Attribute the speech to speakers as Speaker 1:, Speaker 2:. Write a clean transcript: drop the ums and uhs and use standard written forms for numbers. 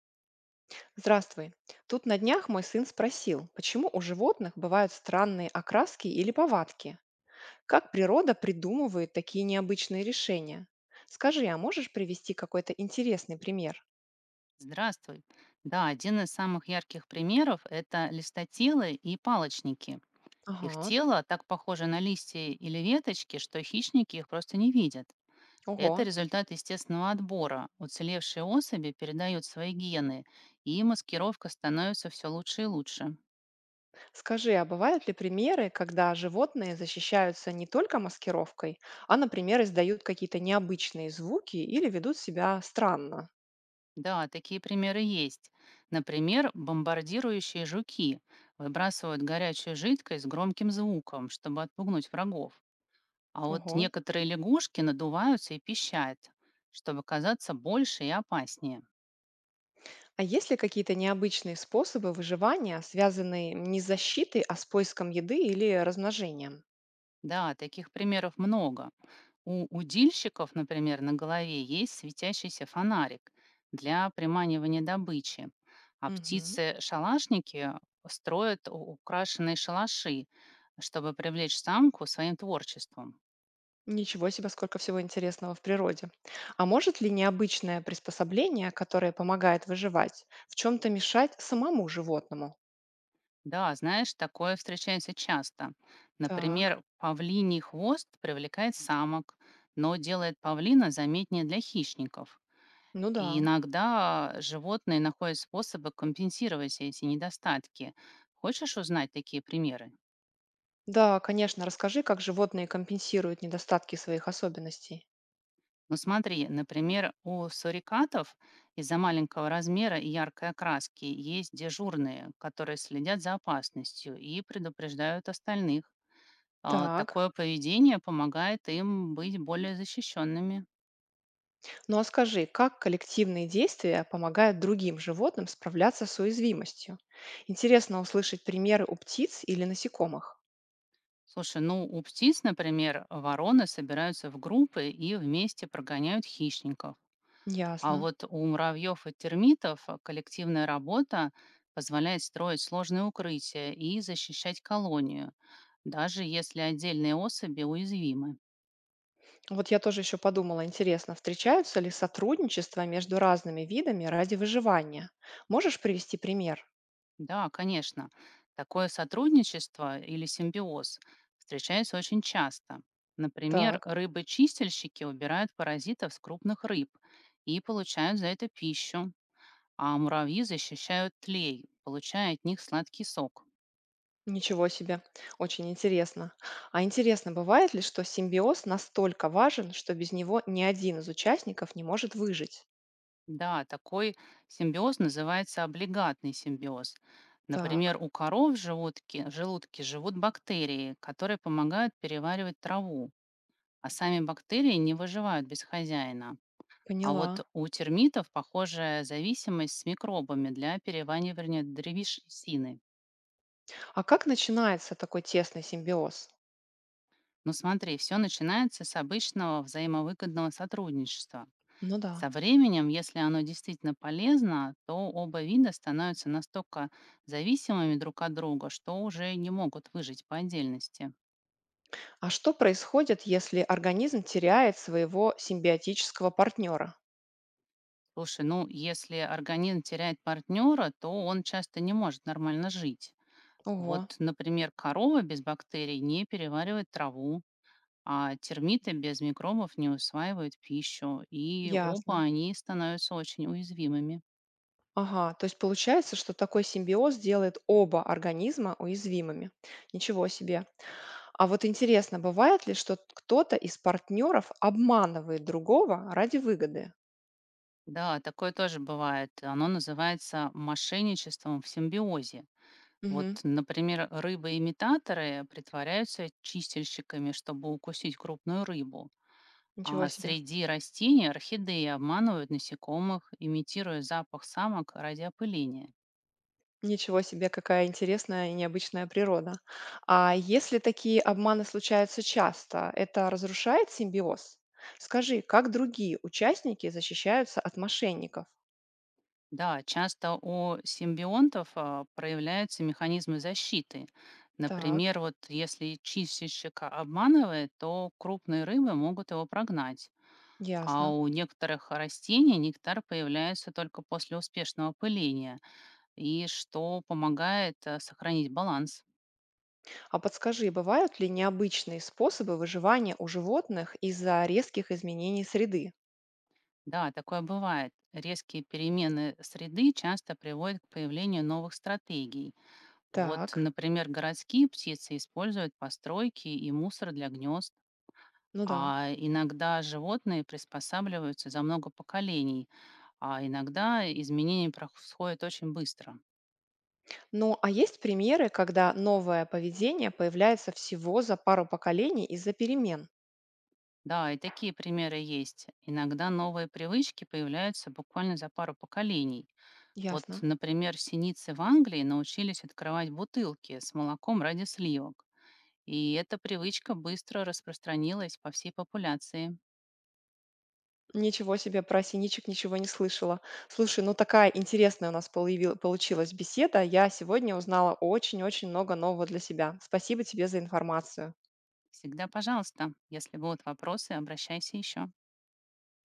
Speaker 1: Здравствуй. Тут на днях мой сын спросил, почему у животных бывают странные окраски или повадки? Как природа придумывает такие необычные решения? Скажи, а можешь привести какой-то интересный пример?
Speaker 2: Здравствуй. Да, один из самых ярких примеров – это листотелы и палочники. Их
Speaker 1: Ага,
Speaker 2: тело так похоже на листья или веточки, что хищники их просто не видят. Это
Speaker 1: ого.
Speaker 2: результат естественного отбора. Уцелевшие особи передают свои гены, и маскировка становится все лучше и лучше.
Speaker 1: Скажи, а бывают ли примеры, когда животные защищаются не только маскировкой, а, например, издают какие-то необычные звуки или ведут себя странно?
Speaker 2: Да, такие примеры есть. Например, бомбардирующие жуки выбрасывают горячую жидкость с громким звуком, чтобы отпугнуть врагов. А вот
Speaker 1: Ого.
Speaker 2: некоторые лягушки надуваются и пищат, чтобы казаться больше и опаснее.
Speaker 1: А есть ли какие-то необычные способы выживания, связанные не с защитой, а с поиском еды или размножением?
Speaker 2: Да, таких примеров много. У удильщиков, например, на голове есть светящийся фонарик для приманивания добычи. А
Speaker 1: Мгм.
Speaker 2: птицы-шалашники строят украшенные шалаши, чтобы привлечь самку своим творчеством.
Speaker 1: Ничего себе, сколько всего интересного в природе. А может ли необычное приспособление, которое помогает выживать, в чем-то мешать самому животному?
Speaker 2: Да, знаешь, такое встречается часто.
Speaker 1: Так,
Speaker 2: Например, павлиний хвост привлекает самок, но делает павлина заметнее для хищников.
Speaker 1: ну да.
Speaker 2: И иногда животные находят способы компенсировать эти недостатки. Хочешь узнать такие примеры?
Speaker 1: Да, конечно, расскажи, как животные компенсируют недостатки своих особенностей.
Speaker 2: Ну смотри, например, у сурикатов из-за маленького размера и яркой окраски есть дежурные, которые следят за опасностью и предупреждают остальных.
Speaker 1: Так.
Speaker 2: Такое поведение помогает им быть более защищенными.
Speaker 1: Ну а скажи, как коллективные действия помогают другим животным справляться с уязвимостью? Интересно услышать примеры у птиц или насекомых.
Speaker 2: Слушай, ну у птиц, например, вороны собираются в группы и вместе прогоняют хищников. А
Speaker 1: Ясно.
Speaker 2: вот у муравьев и термитов коллективная работа позволяет строить сложные укрытия и защищать колонию, даже если отдельные особи уязвимы.
Speaker 1: Вот я тоже еще подумала, интересно, встречаются ли сотрудничества между разными видами ради выживания? Можешь привести пример?
Speaker 2: Да, конечно. Такое сотрудничество или симбиоз встречается очень часто. Например,
Speaker 1: Так,
Speaker 2: рыбы-чистильщики убирают паразитов с крупных рыб и получают за это пищу, а муравьи защищают тлей, получая от них сладкий сок.
Speaker 1: ничего себе, очень интересно. А интересно, бывает ли, что симбиоз настолько важен, что без него ни один из участников не может выжить?
Speaker 2: Да, такой симбиоз называется облигатный симбиоз.
Speaker 1: Так,
Speaker 2: Например, у коров в желудке живут бактерии, которые помогают переваривать траву, а сами бактерии не выживают без хозяина. А
Speaker 1: поняла.
Speaker 2: вот у термитов похожая зависимость с микробами для переваривания древесины.
Speaker 1: А как начинается такой тесный симбиоз?
Speaker 2: Но смотри, все начинается с обычного взаимовыгодного сотрудничества.
Speaker 1: Ну
Speaker 2: Со
Speaker 1: да.
Speaker 2: временем, если оно действительно полезно, то оба вида становятся настолько зависимыми друг от друга, что уже не могут выжить по отдельности.
Speaker 1: А что происходит, если организм теряет своего симбиотического партнера?
Speaker 2: Слушай, ну если организм теряет партнера, то он часто не может нормально жить.
Speaker 1: Ого,
Speaker 2: Вот, например, корова без бактерий не переваривает траву, а термиты без микробов не усваивают пищу, и оба
Speaker 1: ясно.
Speaker 2: они становятся очень уязвимыми.
Speaker 1: Ага, то есть получается, что такой симбиоз делает оба организма уязвимыми. Ничего себе. А вот интересно, бывает ли, что кто-то из партнеров обманывает другого ради выгоды?
Speaker 2: Да, такое тоже бывает. Оно называется мошенничеством в симбиозе. Вот,
Speaker 1: Угу,
Speaker 2: например, рыбы-имитаторы притворяются чистильщиками, чтобы укусить крупную рыбу.
Speaker 1: ничего
Speaker 2: А
Speaker 1: себе.
Speaker 2: среди растений орхидеи обманывают насекомых, имитируя запах самок ради опыления.
Speaker 1: Ничего себе, какая интересная и необычная природа. А если такие обманы случаются часто, это разрушает симбиоз? Скажи, как другие участники защищаются от мошенников?
Speaker 2: Да, часто у симбионтов проявляются механизмы защиты.
Speaker 1: Так,
Speaker 2: Например, вот если чистильщика обманывает, то крупные рыбы могут его прогнать. А
Speaker 1: ясно.
Speaker 2: у некоторых растений нектар появляется только после успешного пыления, и что помогает сохранить баланс.
Speaker 1: А подскажи, бывают ли необычные способы выживания у животных из-за резких изменений среды?
Speaker 2: Да, такое бывает. Резкие перемены среды часто приводят к появлению новых стратегий. Вот,
Speaker 1: Так,
Speaker 2: например, городские птицы используют постройки и мусор для гнезд.
Speaker 1: ну да.
Speaker 2: А иногда животные приспосабливаются за много поколений, а иногда изменения происходят очень быстро.
Speaker 1: Ну, а есть примеры, когда новое поведение появляется всего за пару поколений из-за перемен?
Speaker 2: Да, и такие примеры есть. Иногда новые привычки появляются буквально за пару поколений. Вот,
Speaker 1: Ясно.
Speaker 2: например, синицы в Англии научились открывать бутылки с молоком ради сливок. И эта привычка быстро распространилась по всей популяции.
Speaker 1: Ничего себе, про синичек ничего не слышала. Слушай, ну такая интересная у нас получилась беседа. Я сегодня узнала очень-очень много нового для себя. Спасибо тебе за информацию.
Speaker 2: Всегда, пожалуйста, если будут вопросы, обращайся еще.